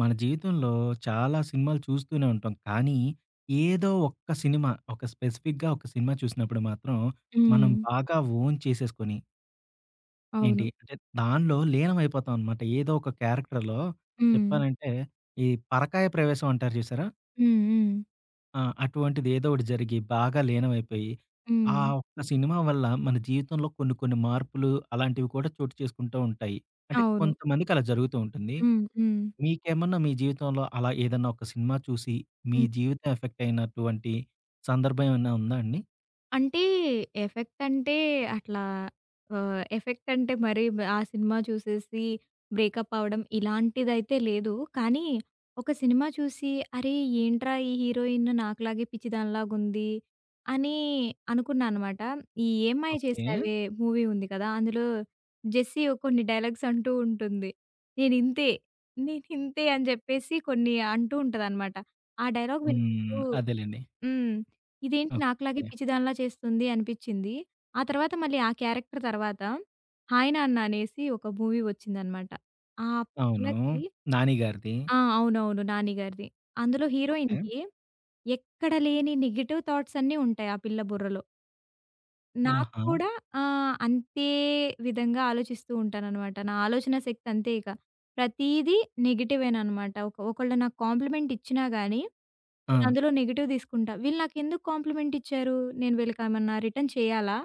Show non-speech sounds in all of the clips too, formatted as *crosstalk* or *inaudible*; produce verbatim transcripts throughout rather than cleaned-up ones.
మన జీవితంలో చాలా సినిమాలు చూస్తూనే ఉంటాం. కానీ, ఏదో ఒక్క సినిమా, ఒక స్పెసిఫిక్‌గా ఒక సినిమా చూసినప్పుడు మాత్రం, మనం హ్మ్. బాగా ఓన్ చేసేసుకొని, ఏంటి అవును. అంటే దానిలో లీనమైపోతాం అనమాట. ఏదో ఒక క్యారెక్టర్‌లో హ్మ్. చెప్పాలంటే, ఈ పరకాయ ప్రవేశం అంటారు చూసారా? హ్మ్. హ్మ్. ఆ! అటువంటిది ఏదో ఒకటి జరిగి బాగా లీనమైపోయి, ఆ హ్మ్. ఒక్క సినిమా వల్ల మన జీవితంలో కొన్ని కొన్ని మార్పులు అలాంటివి కూడా చోటు చేసుకుంటూ ఉంటాయి. అంటే అవును. కొంతమందికి అలా జరుగుతూ ఉంటుంది. హ్మ్. హ్మ్. మీకేమన్నా మీ జీవితంలో అలా ఏదన్నా ఒక సినిమా చూసి, మీ జీవితం ఎఫెక్ట్ అయినటువంటి సందర్భం ఏమైనా ఉందా అండి? అంటే ఎఫెక్ట్ అంటే అట్లా ఆహ్, ఎఫెక్ట్ అంటే మరి ఆ సినిమా చూసేసి బ్రేకప్ అవ్వడం ఇలాంటిదైతే లేదు. కానీ ఒక సినిమా చూసి అరే! ఏంట్రా ఈ హీరోయిన్ నాకులాగే పిచ్చిదానిలాగుంది అని అనుకున్నాననమాట. ఈ 'ఏమ్మాయ ఓకే. చేసావే' మూవీ ఉంది కదా! అందులో జెస్సీ ఓ కొన్ని డైలాగ్స్ అంటూ ఉంటుంది. నేనింతే, నేనింతే అని చెప్పేసి కొన్ని అంటూ ఉంటదనమాట. ఆ డైలాగ్ విన్నప్పుడు హ్మ్. అదేలెండి. హ్మ్. ఇదేంటి నాకులాగే ఓకే. పిచ్చిదానిలా చేస్తుంది అనిపిచ్చింది. ఆ తర్వాత మళ్ళీ ఆ క్యారెక్టర్ తర్వాత 'హాయ్ నాన్న' అనేసి ఒక మూవీ వచ్చిందనమాట. ఆ అవును. పిల్లకి 'నాని' గారిది. ఆ! అవునవును. నాని గారిది. అందులో ఓకే. హీరోయిన్‌కి ఎక్కడ లేని నెగెటివ్ థాట్స్ అన్నీ ఉంటాయి ఆ పిల్ల బుర్రలో. నాకు ఆహా! కూడా ఆహ్, అంతే విధంగా ఆలోచిస్తూ ఉంటాననమాట. నా ఆలోచన శక్తి అంతే ఇక. ప్రతీదీ నెగెటివేననమాట. ఒక ఒకళ్ళు నాకు కాంప్లిమెంట్ ఇచ్చినా గాని ఆ! నేనందులో నెగెటివ్ తీసుకుంటా. వీళ్ళు నాకెందుకు కాంప్లిమెంట్ ఇచ్చారు? నేను వీళ్ళకేమన్నా రిటర్న్ చేయాలా?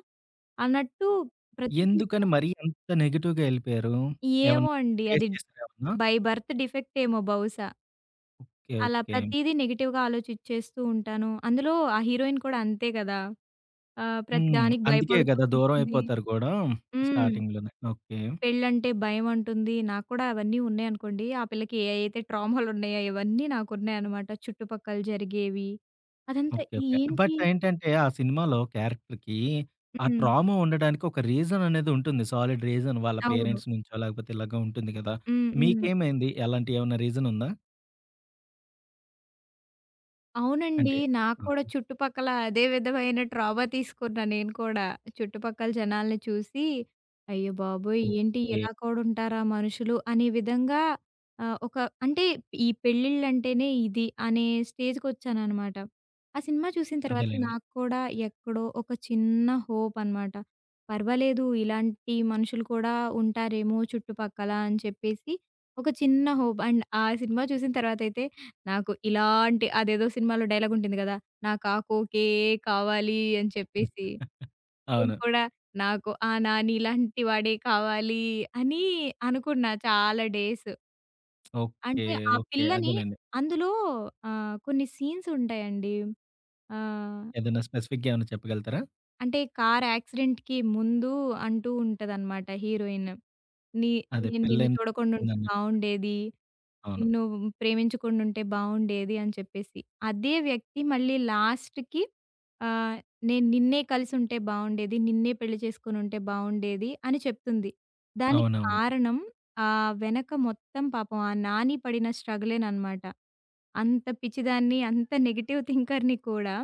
అన్నట్టు ప్రతీదీ ఎందుకని మరీ అంత నెగెటివ్‌గా ఎళ్ళిపోయారు? ఏమో ఏమన్నా అండి. అది ఫేస్ చేసారా ఏమన్నా? బై బర్త్ డిఫెక్ట్ ఏమో బహుశా. ఓకే. అలా ఓకే. ప్రతీదీ నెగెటివ్‌గా ఆలోచిచ్చేస్తూ ఉంటాను. అందులో ఆ హీరోయిన్ కూడా అంతే గదా! ఆహ్, హ్మ్. ప్రతిదానికి అందుకే భయపడుతూ గదా! దూరం ఉంటుంది. అయిపోతారు గూడా హ్మ్. స్టార్టింగ్‌లోనే. ఓకే. పెళ్ళంటే భయమంటుంది. నాకు కూడా అవన్నీ ఉన్నాయనుకోండి. ఆ పిల్లకి ఏ అయితే ట్రామాలున్నాయో ఇవన్నీ నాకున్నాయన్నమాట. చుట్టుపక్కల జరిగేవి. అదంతా ఓకే. ఓకే. ఏంటి బట్ ఏంటంటే, ఆ సినిమాలో క్యారెక్టర్‌కి ఆ హ్మ్. ట్రామా ఉండడానికి ఒక రీజన్ అనేది ఉంటుంది. సాలిడ్ రీజన్ వాళ్ళ అవును. పేరెంట్స్ నుంచో, లేకపోతే ఇలాగ ఉంటుంది కదా! హ్మ్. హ్మ్. మీకేమైంది? ఎలాంటి ఏమన్నా రీజన్ ఉందా? అవునండి. అంటే నాకు ఆ! కూడా చుట్టుపక్కల అదే విధమైన ట్రామా తీసుకున్నా నేను కూడా. చుట్టుపక్కల జనాల్ని చూసి, అయ్య బాబోయ్! ఏంటి ఓకే. ఇలా కూడా ఉంటారా మనుషులు అనే విధంగా ఆహ్, ఒక అంటే ఈ పెళ్ళిళ్ళంటేనే ఇది అనే స్టేజ్‌కొచ్చాననమాట. ఆ సినిమా చూసిన తర్వాత అదేలెండి. నాకు కూడా ఎక్కడో ఒక చిన్న హోప్ అనమాట. పర్వాలేదు ఇలాంటి మనుషులు కూడా ఉంటారేమో చుట్టుపక్కల అని చెప్పేసి ఒక చిన్న హోప్. అండ్ ఆ సినిమా చూసిన తర్వాతయితే నాకు ఇలాంటి అదేదో సినిమాలో డైలాగ్ ఉంటుంది గదా! నాకు ఆ కోకే కావాలి అని చెప్పేసి, నేను అవును. కూడా నాకు ఆ నాని ఇలాంటి వాడే కావాలి అని అనుకున్నా చాలా డేస్. ఓకే. అంటే ఆ ఓకే. పిల్లని అదేలెండి. అందులో ఆహ్, కొన్ని సీన్స్ ఉంటాయండి. ఆహ్, ఏదైనా స్పెసిఫిక్‌గా ఏమైనా చెప్పగలుగుతారా? అంటే కార్ యాక్సిడెంట్‌కి ముందు అంటూ ఉంటదనమాట హీరోయిన్. నీ అదే నేను నిన్ను పెళ్లయింది చూడకుండా ఉంటే అన్నట్టు. బావుండేది. అవును. నిన్ను ప్రేమించకుండుంటే బావుండేది అని చెప్పేసి. అదే వ్యక్తి మళ్ళీ లాస్ట్‌కి ఆహ్, నేను నిన్నే కలిసుంటే బావుండేది. నిన్నే పెళ్లి చేసుకొనుంటే బావుండేది అని చెప్తుంది. దానికి అవునవును. కారణం ఆహ్, వెనక మొత్తం పాపం ఆ నాని పడిన స్ట్రగులేననమాట. అంత పిచ్చిదాన్ని, అంత నెగెటివ్ థింకర్‌ని కూడా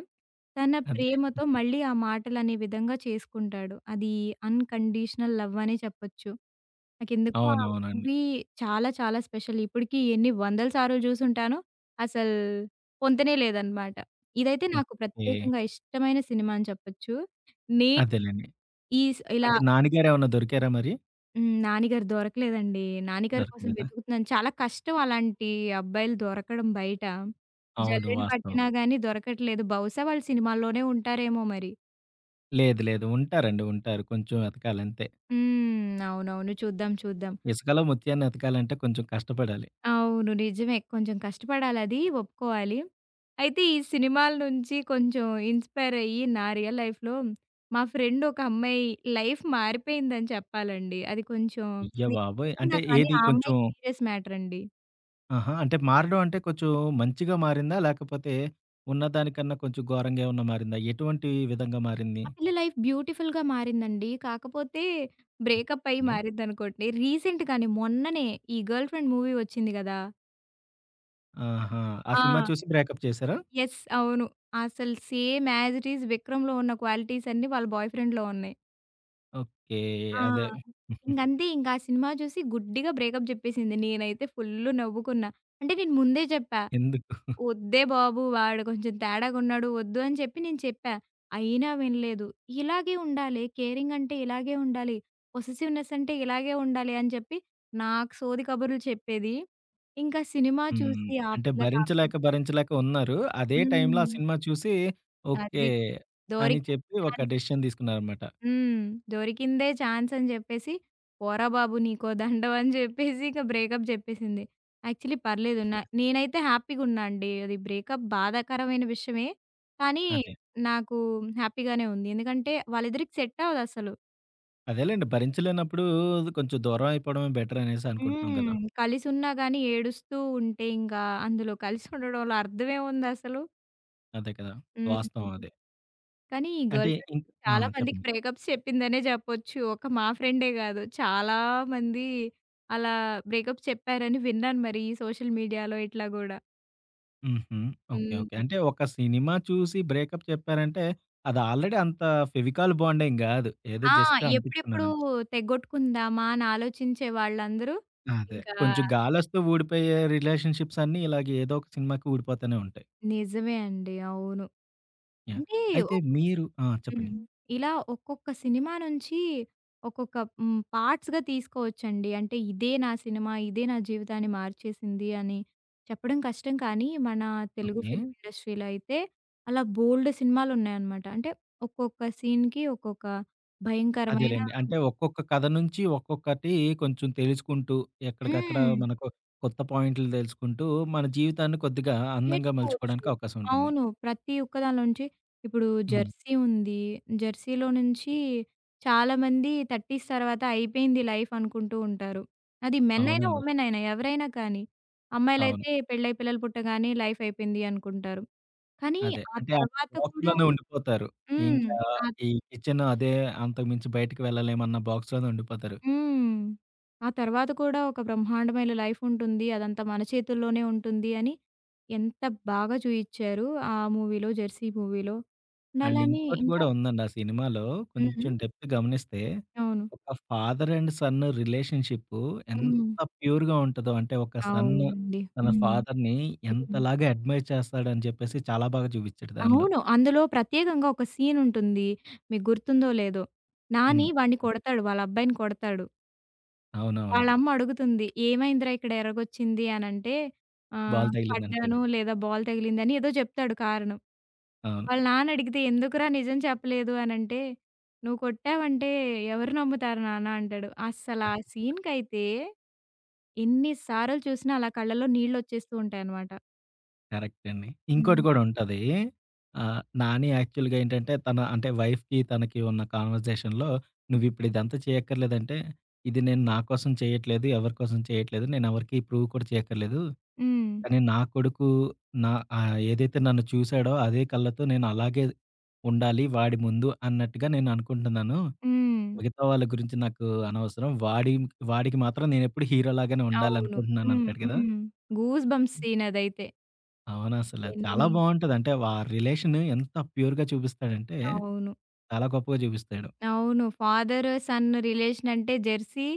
తన అదే. ప్రేమతో మళ్ళీ ఆ మాటలనే విధంగా చేసుకుంటాడు. అది అన్‌కండీషనల్ లవ్ అనే చెప్పొచ్చు. నాకెందుకో ఆ అవునవునండి. మూవీ చాలా చాలా స్పెషల్. ఇప్పటికి ఎన్ని వందల సార్లు జూసుంటానో అసలు పొంతనే లేదనమాట. ఇదైతే నాకు ఓకే. ప్రత్యేకంగా ఇష్టమైన సినిమా అని చెప్పొచ్చు. నేను అదేలెండి. ఈ స్ ఇలా అంటే నాన్నగారేమన్నా దొరికారా మరి? హ్మ్. 'నానిగారు' దొరకలేదండి. 'నానిగారి' కోసం దొరకలేదా? వెతుకుతున్నాను. చాలా కష్టం అలాంటి అబ్బాయిలు దొరకడం బయట. అవును. జల్లెడ వాస్తవం. పట్టినా గానీ దొరకట్లేదు. బహుశా వాళ్ళు సినిమాల్లోనే ఉంటారేమో మరి. లేదు. లేదు. ఉంటారండి. ఉంటారు. కొంచెం ఎతకాలంతే. హ్మ్. అవునవును. చూద్దాం. చూద్దాం. ఇసుకలో ముత్యాన్ని ఎతకాలంటే కొంచెం కష్టపడాలి. అవును. నిజమే. కొంచెం కష్టపడాలది ఒప్పుకోవాలి. అయితే ఈ సినిమాల నుంచి కొంచెం ఇన్‌స్పైర్ అయ్యి నా రియల్ లైఫ్‌లో మా ఫ్రెండ్ ఒక అమ్మాయి లైఫ్ మారిపోయిందని చెప్పాలండి. అది కొంచెం అయ్య నేను బాబోయ్! అంటే నవ్వుతున్నా కానీ ఏది ఆ కొంచెం అమ్మాయికి సీరియస్ మ్యాటర్ అండి. ఆహా! అంటే మారడం అంటే కొంచెం మంచిగా మారిందా? లేకపోతే ఉన్నదానికన్నా కొంచెం ఘోరంగా ఏమన్నా మారిందా? ఎటువంటి విధంగా మారింది? ఆ పిల్ల లైఫ్ బ్యూటిఫుల్‌గా మారిందండి. కాకపోతే బ్రేకప్ అయ్యి ఓకే. మారిద్దనుకోండి. రీసెంట్‌గానే మొన్ననే ఈ 'గర్ల్ ఫ్రెండ్' మూవీ వచ్చింది గదా! ఆహా! ఆ సినిమా ఆ! చూసి బ్రేకప్ చేసారా? యెస్. అవును. అసలు సేమ్ యాజ్ ఇట్ ఈజ్ 'విక్రమ్‌లో' ఉన్న క్వాలిటీస్ అన్నీ వాళ్ళ బాయ్ ఫ్రెండ్‌లో ఉన్నాయి. ఓకే. ఆ! అదే. ఇంకంతే ఇంకా ఆ సినిమా చూసి గుడ్డిగా బ్రేకప్ జెప్పేసింది. నేనైతే ఫుల్లు నవ్వుకున్నా. అంటే నేను ముందే జెప్పా. ఎందుకు? "ఒద్దే బాబు వాడు కొంచెం తేడాగున్నాడు ఒద్దు" అని చెప్పి నేను చెప్పా. అయినా వినలేదు. ఇలాగే ఉండాలి. కేరింగ్ అంటే ఇలాగే ఉండాలి. పొసెసివ్‌నెస్ అంటే ఇలాగే ఉండాలి అని చెప్పి నాకు సోది కబుర్లు చెప్పేది. ఇంకా సినిమా హ్మ్. చూసి ఆ అంటే పిల్ల కాపీ భరించలేక, భరించలేక ఉన్నారు. అదే టైంలో హ్మ్. ఆ సినిమా చూసి ఓకే. అది అని దొరికింది చెప్పి ఒక ఛాన్స్. డెసిషన్ తీసుకున్నారన్నమాట. హ్మ్. దొరికిందే ఛాన్స్ అని జెప్పేసి, పోరా బాబు నీకో దండం అని జెప్పేసి ఇక బ్రేకప్ జెప్పేసింది. యాక్చువల్లీ పర్లేదు. న నేనైతే హ్యాపీగున్నా అండి. అది బ్రేకప్ బాధాకరమైన విషయమే. కానీ అదే. నాకు హ్యాపీగానే ఉంది. ఎందుకంటే వాళ్ళిద్దరికి సెట్ అవ్వదసలు. అదేలెండి. భరించలేనప్పుడు కొంచెం దూరం అయిపోవడమే బెటర్ అనేసి అనుకుంటున్నాం హ్మ్. గదా! కలిసున్నా గానీ ఏడుస్తూ ఉంటే ఇంకా అందులో కలిసుండడంలో అర్థమేముందసలు? అదే కదా! హ్మ్. వాస్తవం అదే. కానీ ఈ గర్ల్ అంటే ఫ్రెండ్ ఇంక్ ఆ! చాలా మందికి చెప్పండి. బ్రేకప్స్ చెప్పిందనే చెప్పొచ్చు. ఒక మా ఫ్రెండే గాదు. చాలా మంది అలా బ్రేకప్స్ చెప్పారని విన్నాను మరి ఈ సోషల్ మీడియాలో ఇట్లా గూడా. హుహు. ఓకే. ఓకే. హ్మ్. అంటే ఒక సినిమా చూసి బ్రేకప్ చెప్పారంటే అది ఆల్రెడీ అంత ఫెవికాల్ బాండ్ ఏం గాదు. ఏదో ఆ! జస్ట్ ఎప్పుడెప్పుడు అంటించుకున్నారంతే. తెగొట్టుకుందామా అని ఆలోచించే వాళ్ళందరూ అదే. ఇంకా కొంచెం గాలోస్తే ఊడిపోయే రిలేషన్‌షిప్స్ అన్నీ ఇలాగ ఏదో ఒక సినిమాకి ఊడిపోతూనే ఉంటాయి. నిజమే అండి. అవును. యాహ్! అంటే అయితే మీరు ఆ! చెప్పండి. హ్మ్. ఇలా ఒక్కొక్క సినిమా నుంచి ఒక్కొక్క హ్మ్, పార్ట్స్‌గా తీసుకోవచ్చండి. అంటే ఇదే నా సినిమా, ఇదే నా జీవితాన్ని మార్చేసింది అని చెప్పడం కష్టం కానీ, మన తెలుగు ఓకే. ఫిల్మ్ ఇండస్ట్రీలో అయితే అలా బోలెడు సినిమాలున్నాయన్నమాట. అంటే ఒక్కొక్క సీన్‌కి ఒక్కొక్క భయంకరమైన అదేలెండి. అంటే ఒక్కొక్క కథ నుంచి ఒక్కొక్కటి కొంచెం తెలుసుకుంటూ, ఎక్కడికక్కడ హ్మ్. మనకు కొత్త పాయింట్లు దెలుసుకుంటూ, మన జీవితాన్ని కొద్దిగా అందంగా నేర్చుకోవచ్చు. మలుచుకోవడానికి అవకాశం ఉంటుంది. అవును. ప్రతి ఒక్క దానిలో నుంచి ఇప్పుడు హ్మ్. జెర్సీ ఉంది. జెర్సీలో నుంచి చాలామంది 30స్ తర్వాత అయిపోయింది లైఫ్ అనుకుంటూ ఉంటారు. అది మెన్ అయినా, అవునండి. ఉమెన్ అయినా ఎవరైనా కానీ. అవును. అమ్మాయిలైతే పెళ్ళై పిల్లలు పుట్టగానే లైఫ్ అయిపోయింది అనుకుంటారు. కానీ అదే. ఆ అంటే ఆ తర్వాత కూడా బాక్స్‌లోనే ఉండిపోతారు. హ్మ్. ఇంకా ఆ ఈ కిచెన్ అదే అంతకు మించి బయటికి వెళ్ళలేమన్న బాక్స్‌లోనే ఉండిపోతారు. హ్మ్. ఆ తర్వాత కూడా ఒక బ్రహ్మాండమైన లైఫ్ ఉంటుంది. అదంతా మన చేతుల్లోనే ఉంటుంది అని ఎంత బాగా చూయిచ్చారు ఆ మూవీలో 'జెర్సీ' మూవీలో. అండ్ అలానే ఇంకోటి ఇంకా గూడా ఉందండి ఆ సినిమాలో. హ్మ్. కొంచెం డెప్త్ గమనిస్తే, అవును. ఒక ఫాదర్ అండ్ సన్ రిలేషన్‌షిప్పు హ్మ్. ఎంత ప్యూర్‌గా ఉంటదో, అంటే ఒక సన్ అవునండి. తన హ్మ్. ఫాదర్‌ని హ్మ్. ఎంతలాగా అడ్మైర్ చేస్తాడని చెప్పేసి చాలా బాగా చూపిచ్చాడు దానిలో. అవును. అందులో ప్రత్యేకంగా ఒక సీన్ ఉంటుంది. మీకు గుర్తుందో లేదో. నాని హ్మ్. వాడిని చెప్పండి. కొడతాడు. వాళ్ళ అబ్బాయిని కొడతాడు. అవునవును. వాళ్ళ అమ్మ అడుగుతుంది. "ఏమైందిరా ఇక్కడ ఎరగొచ్చింది" అనంటే ఆహ్, బాల్ తగిలిందంటాడు. "పడ్డాను లేదా బాల్ తగిలింది" అని ఏదో చెప్తాడు కారణం. అవును. వాళ్ళ నాన్న అడిగితే, "ఎందుకురా నిజం చెప్పలేదు" అనంటే, "నువ్వు కొట్టావంటే ఎవరు నమ్ముతారు నాన్న" అంటాడు. అస్సలా ఆ సీన్‌కైతే ఎన్ని సార్లు చూసినా అలా కళ్ళలో నీళ్లొచ్చేస్తూ ఉంటాయనమాట. కరెక్ట్ అండి. ఇంకోటి హ్మ్. కూడా హ్మ్. ఉంటది. ఆహ్, నాని యాక్చువల్‌గా ఏంటంటే తన అంటే వైఫ్‌కి తనకి ఉన్న కన్వర్జేషన్‌లో "నువ్విప్పుడు ఇదంతా చేయక్కర్లేదంటే, ఇది నేను నా కోసం చేయట్లేదు, ఎవరి కోసం చేయట్లేదు. నేనెవరికీ ప్రూవ్ కూడా చేయక్కర్లేదు. హ్మ్. కానీ నా కొడుకు నా ఆహ్, ఏదైతే నన్ను చూసాడో అదే కళ్ళతో నేను అలాగే ఉండాలి వాడి ముందు" అన్నట్టుగా నేను అనుకుంటున్నాను. హ్మ్. మిగతా వాళ్ళ గురించి నాకు అనవసరం. వాడి వాడికి మాత్రం నేనెప్పుడు హీరోలాగానే అవును. ఉండాలనుకుంటున్నాను హ్మ్. అంటాడు కదా! హ్మ్. గూస్ బంప్స్ సీన్ అదైతే. అవునసల. చాలా ఎన్ని బావుంటది. అంటే వా రిలేషన్ ఎంత ప్యూర్‌గా చూపిస్తాడంటే, అవును. చాలా గొప్పగా చూపిస్తాడు. అవును. ఫాదర్, సన్ రిలేషన్ అంటే జెర్సీ.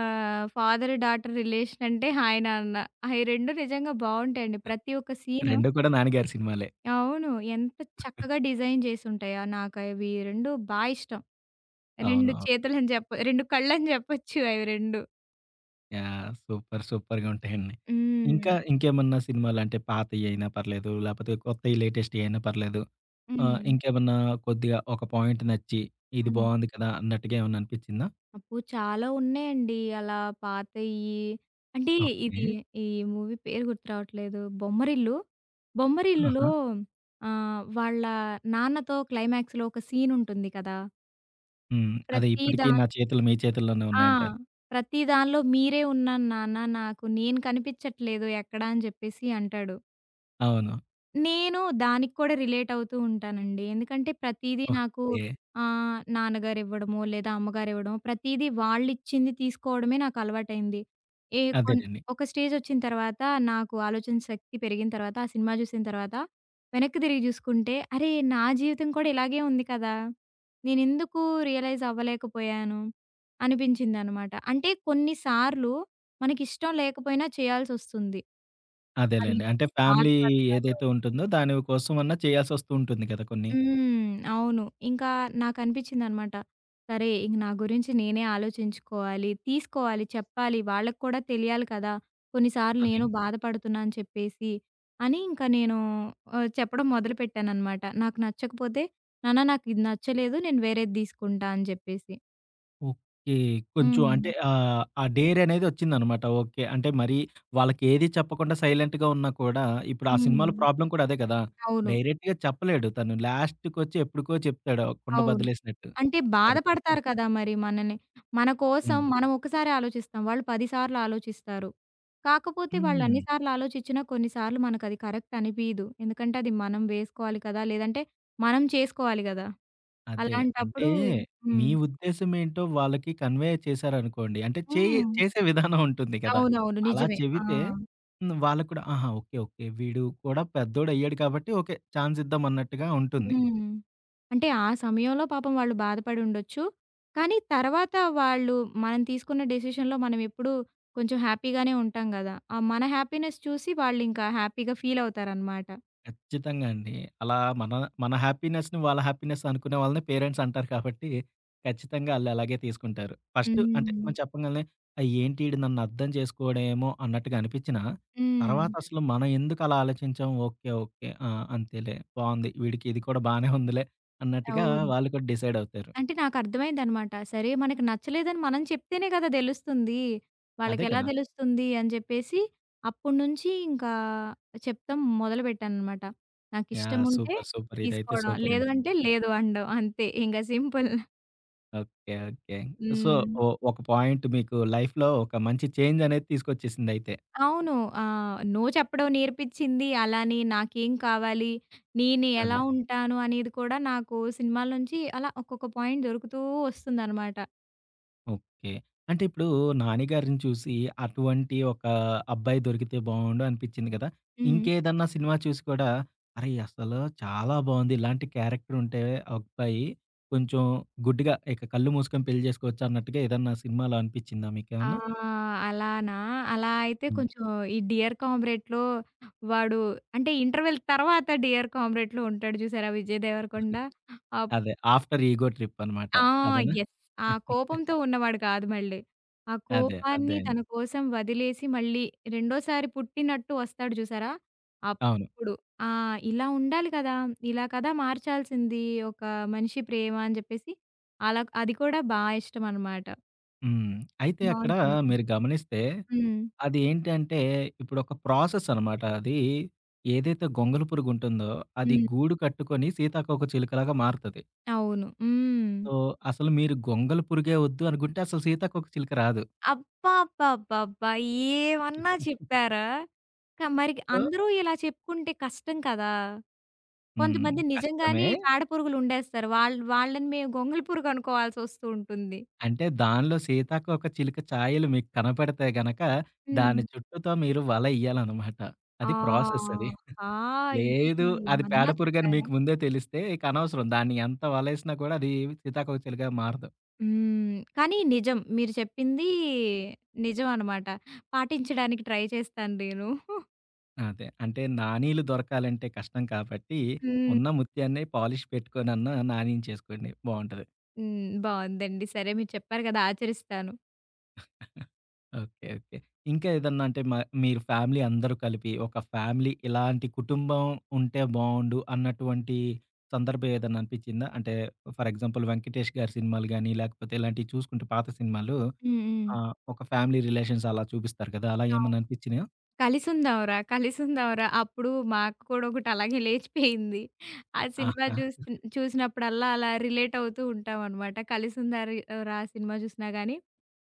ఆహ్, ఫాదర్, డాటర్ రిలేషన్ అంటే హాయ్ నాన్న. అయి రెండూ నిజంగా బావుంటాయండి. ప్రతి ఒక్క సీను రెండూ కూడా నాన్నగారి సినిమాలే. అవును. ఎంత చక్కగా డిజైన్ చేసుంటాయో. నాకవి రెండూ బా ఇష్టం. రెండు అవునవును. చేతులని జెప్ప రెండు కళ్ళని జెప్పొచ్చు అవి రెండు. యాహ్! సూపర్, సూపర్‌గా ఉంటాయండి. హ్మ్. ఇంకా ఇంకేమన్నా సినిమాలంటే పాతయి అయినా పర్లేదు, లేపోతే కొత్తయి లేటెస్ట్‌యి అయినా పర్లేదు. ఆహ్, హ్మ్. ఇంకేమన్నా కొద్దిగా ఒక పాయింట్ నచ్చి, ఇది హ్మ్. బావుంది కదా! అన్నట్టుగా ఏమన్నా అనిపిచ్చిందా? అబ్బో! చాలా ఉన్నాయండి అలా పాతయి. అంటే ఓకే. ఇది ఈ మూవీ పేరు గుర్తు రావట్లేదు. 'బొమ్మరిల్లు.' 'బొమ్మరిల్లు'లో ఆహా! ఆహ్, వాళ్ళ నాన్నతో క్లైమాక్స్‌లో ఒక సీన్ ఉంటుంది కదా! హ్మ్. అదే ప్రతి ఇప్పటికి దా నా చేతులు మీ చేతుల్లోనే ఆ! ఉన్నాయంటారు. ప్రతి దానిలో మీరే ఉన్నాను నాన్న నాకు నేను కనిపించట్లేదు ఎక్కడ అని జెప్పేసి అంటాడు. అవును. నేను దానికి కూడా రిలేట్ అవుతూ ఉంటానండి. ఎందుకంటే ప్రతీదీ నాకు ఓకే. ఆహ్, నాన్నగారు ఇవ్వడమో, లేదా అమ్మగారు ఇవ్వడమో ప్రతీదీ వాళ్ళిచ్చింది తీసుకోవడమే నాకు అలవాటైంది. ఏ కొన్ అదేనండి. ఒక స్టేజొచ్చిన తర్వాత నాకు ఆలోచన శక్తి పెరిగిన తర్వాత, ఆ సినిమా జూసిన తర్వాత వెనక్కి తిరిగి జూసుకుంటే, అరే! నా జీవితం కూడా ఇలాగే ఉంది కదా! నేనెందుకు రియలైజ్ అవ్వలేకపోయాను అనిపించిందనమాట. అంటే కొన్ని సార్లు మనకిష్టం లేకపోయినా చేయాల్సొస్తుంది. వాళ్ళు అదేలెండి. అంటే ఫ్యామిలీ బాధపడతారు. ఏదైతే ఉంటుందో దాని కోసమన్నా చేయాల్సొస్తూ ఉంటుంది కదా! కొన్ని. హ్మ్. అవును. ఇంకా నాకనిపించిందనమాట. సరే ఇంక నా గురించి నేనే ఆలోచించుకోవాలి, తీసుకోవాలి, చెప్పాలి. వాళ్ళకి కూడా తెలియాలి కదా! కొన్నిసార్లు అదే. నేను బాధపడుతున్నా అని చెప్పేసి, అని ఇంక నేను ఆహ్, చెప్పడం మొదలుపెట్టాననమాట. నాకు నచ్చకపోతే, "నాన్న నాకిది నచ్చలేదు. నేను వేరేది తీసుకుంటా" అని చెప్పేసి. ఓకే. కొంచెం హ్మ్. అంటే ఆహ్, ఆ డేర్ అనేది వచ్చిందనమాట. ఓకే. అంటే మరి వాళ్ళకి ఏది చెప్పకుండా సైలెంట్‌గా ఉన్నా కూడా ఇప్పుడు ఆ సినిమాలో హ్మ్. ప్రాబ్లమ్ కూడా అదే కదా! అవును. డైరెక్ట్‌గా చెప్పలేడు. తను లాస్ట్‌కొచ్చి ఎప్పటికో చెప్తాడు కుండ అవును. బద్దలేసినట్టు. అంటే అది కష్టం. బాధపడతారు కదా! మరి మనని. మన కోసం హ్మ్. మనం ఒక్కసారే ఆలోచిస్తాం. వాళ్ళు పది సార్లు ఆలోచిస్తారు. కాకపోతే వాళ్ళు అన్ని హ్మ్. సార్లు ఆలోచించినా కొన్ని సార్లు మనకది కరెక్ట్ అనిపియదు. ఎందుకంటే అది మనం వేసుకోవాలి కదా! లేదంటే మనం చేసుకోవాలి గదా! అదే. అంటే అలాంటప్పుడు హ్మ్. మీ ఉద్దేశ్యమేంటో వాళ్ళకి కన్వే చేశారనుకోండి. అంటే చే హ్మ్. చేసే విధానం ఉంటుంది కదా! అవునవును. అలా నిజమే. ఆ! చెబితే హ్మ్. వాళ్ళకి కూడా ఆహా! ఓకే. ఓకే. వీడు కూడా పెద్దోడయ్యాడు కాబట్టి ఓకే. ఛాన్స్ ఇద్దాం అన్నట్టుగా ఉంటుంది. హ్మ్. అంటే ఆ సమయంలో పాపం వాళ్ళు బాధపడి ఉండొచ్చు. కానీ తర్వాత వాళ్ళు మనం తీసుకున్న డెసిషన్‌లో మనం ఎప్పుడూ కొంచెం హ్యాపీగానే ఉంటాం గదా! ఆ మన హ్యాపీనెస్ చూసి వాళ్ళింకా హ్యాపీగా ఫీల్ అవుతారనమాట. ఖచ్చితంగా అండి. అలా మన మన హ్యాపీనెస్‌ని వాళ్ళ హ్యాపీనెస్ అనుకునే వాళ్ళని పేరెంట్స్ అంటారు కాబట్టి, ఖచ్చితంగా ఆళ్ళు అలాగే తీసుకుంటారు. ఫస్ట్ అంటే మనం హ్మ్. చెప్పంగాల్నే ఆహ్, ఏంటి ఈడు నన్ను అర్థం చేసుకోడేమో అన్నట్టుగా అనిపించినా, హ్మ్. తర్వాత అసలు మనం ఎందుకు అలా ఆలోచించాం? ఓకే. ఓకే. ఆ! అంతేలే బావుంది. వీడికి ఇది కూడా బానే ఉందిలే అన్నట్టుగా అవును. వాళ్ళు కూడా డిసైడ్ అవుతారు. అంటే నాకర్థమైందనమాట. సరే మనకి నచ్చలేదని మనం చెప్తేనే కదా దెలుస్తుంది. అదే వాళ్ళకెలా కదా! దెలుస్తుంది అని జెప్పేసి అప్పటినుంచి ఇంకా చెప్తాం మొదలుపెట్టాననమాట. యాహ్! నాకిష్టముంటే సూపర్. సూపర్. ఇదైతే తీసుకోవడం. సూపర్ లేదు అండి. అంటే లేదు అనడం అంతే. ఇంక సింపుల్. ఓకే. ఓకే. సో, హ్మ్. ఓ ఒక పాయింట్ మీకు లైఫ్‌లో ఒక మంచి చేంజ్ అనేది తీసుకొచ్చేసిందయితే. అవును. ఆహ్, నో చెప్పడం నేర్పిచ్చింది. అలానే నాకేం కావాలి, నేను ఎలా అదే. ఉంటాను అనేది కూడా నాకు సినిమాల నుంచి అలా ఒక్కొక్క పాయింట్ దొరుకుతూ వస్తుందనమాట. ఓకే. అంటే ఇప్పుడు 'నాని' గారిని చూసి అటువంటి ఒక అబ్బాయి దొరికితే బావుండు అనిపిచ్చింది కదా! హ్మ్. ఇంకేదన్నా సినిమా చూసి కూడా అరే! అసలు చాలా బావుంది. ఇలాంటి క్యారెక్టర్ ఉంటే అబ్బాయి కొంచెం గుడ్డిగా ఇక కళ్ళు మూసుకొని పెళ్లి జేసుకోవచ్చు అన్నట్టుగా ఏదన్నా సినిమాలో అనిపిచ్చిందా ఆ! మీకేమన్నా? అలానా? అలా అయితే హ్మ్. కొంచెం ఈ 'డియర్ కామ్రేడ్‌లో' వాడు అంటే ఇంటర్వెల్ తర్వాత 'డియర్ కామ్రేడ్‌లో' ఉంటాడు చూసారా 'విజయ్ దేవరకొండ'. అప్ అదే. ఆఫ్టర్ ఈగో ట్రిప్ అనమాట. ఆ! అదేనా? యెస్. ఆ *laughs* కోపంతో ఉన్నవాడు కాదు మళ్ళీ. ఆ అదే. అదే కోపాన్ని అండి. తన కోసం వదిలేసి మళ్ళీ రెండోసారి పుట్టినట్టు వస్తాడు చూసారా? అవును. అప్పుడు ఆ! ఇలా ఉండాలి కదా! ఇలా కదా మార్చాల్సింది ఒక మనిషి ప్రేమ అని చెప్పేసి అలా అది కూడా బా ఇష్టమనమాట. హ్మ్. అయితే అక్కడ బావుంటుంది. మీరు గమనిస్తే హ్మ్. అది ఏంటంటే ఇప్పుడొక ప్రాసెస్ అనమాట. అది ఏదైతే గొంగళి పురుగుంటుందో అది హ్మ్. గూడు కట్టుకొని సీతాకోకచిలుకలాగా మారుతది. అవును. హ్మ్. సో, అసలు మీరు గొంగళి పురుగే వద్దు అనుకుంటే అసలు సీతాకోకచిలుక రాదు. అబ్బబ్బబ్బబ్బా! ఏమన్నా చెప్పారా? క మరి సో అందరూ ఇలా చెప్పుకుంటే కష్టం కదా! హ్మ్. కొంతమంది కష్టమే. నిజంగానే పేడ పురుగులు ఉండేస్తారు. వాళ్ వాళ్ళని మేము గొంగళి పురుగు అనుకోవాల్సొస్తూ ఉంటుంది. అంటే దానిలో సీతాకోకచిలుక ఛాయలు మీకు కనపడితే గనక హ్మ్. దాని చుట్టూతో మీరు వల ఎయ్యాలనమాట. ఆ! అది ప్రాసెస్ అది. ఆ! లేదు. అది పేడ ఏమన్నా పురుగని చెప్పారా? మీకు ముందే తెలిస్తే ఇక అనవసరం. దాన్ని ఎంత వలేసినా కూడా అది సీతాకోకచిలుకగా మారదు. హ్మ్. కానీ నిజం. మీరు చెప్పింది నిజం అనమాట. పాటించడానికి ట్రై చేస్తాను నేను. అదే. అంటే నాణీలు దొరకాలంటే కష్టం కాబట్టి, హ్మ్. ఉన్న ముత్యాన్నే పాలిష్ పెట్టుకొనన్నా నాణీని చేసుకోండి. బావుంటది. హ్మ్. బావుందండి. సరే మీరు చెప్పారు కదా! ఆచరిస్తాను. ఓకే. ఓకే. ఇంకా ఏదన్నా అంటే మ మీరు ఫ్యామిలీ అందరూ కలిపి ఒక ఫ్యామిలీ ఇలాంటి కుటుంబం ఉంటే బావుండు అన్నటువంటి సందర్భం ఏదన్నా అనిపిచ్చిందా? అంటే ఫర్ ఎగ్జాంపుల్ 'వెంకటేష్' గారి సినిమాలు గాని, లేకపోతే ఇలాంటివి చూసుకుంటే పాత సినిమాలు హ్మ్. హ్మ్. ఆ! ఒక ఫ్యామిలీ రిలేషన్స్ అలా చూపిస్తారు కదా! అలా అవును. ఏమన్నా అనిపించినాయా? కలిసుందాంరా, కలిసుందాంరా. అప్పుడు మా అక్క కూడా ఒకటి అలాగే లేచిపోయింది. ఆ సినిమా ఆహా! చూస్ చూసినప్పుడల్లా అలా రిలేట్ అవుతూ ఉంటామనమాట. కలిసుందారి రా సినిమా చూసినా గానీ,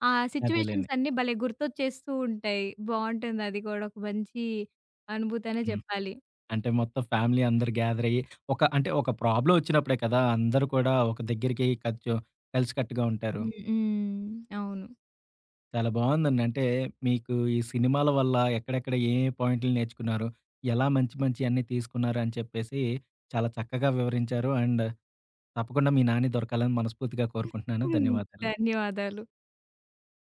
ఆ అదేలెండి. సిట్యుయేషన్స్ అన్నీ భలే గుర్తొచ్చేస్తూ ఉంటాయి. బావుంటుంది అది కూడా ఒక మంచి అనుభూతనే హ్మ్. చెప్పాలి. అంటే మొత్తం ఫ్యామిలీ అందరూ గ్యాదర్ అయ్యి, ఒక అంటే ఒక ప్రాబ్లమ్ వచ్చినప్పుడే కదా! అందరూ కూడా ఒక దగ్గరికి కొంచెం కలిసికట్టుగా ఉంటారు. హ్మ్. హ్మ్. అవును. చాలా బావుందండి. అంటే మీకు ఈ సినిమాల వల్ల ఎక్కడెక్కడ ఏ ఏ పాయింట్లు నేర్చుకున్నారు? ఎలా మంచి మంచి అన్నీ తీసుకున్నారు అని చెప్పేసి చాలా చక్కగా వివరించారు. అండ్ తప్పకుండా మీ నాని దొరకాలని మనస్ఫూర్తిగా కోరుకుంటున్నాను. హ్మ్. ధన్యవాదాలు. ధన్యవాదాలు.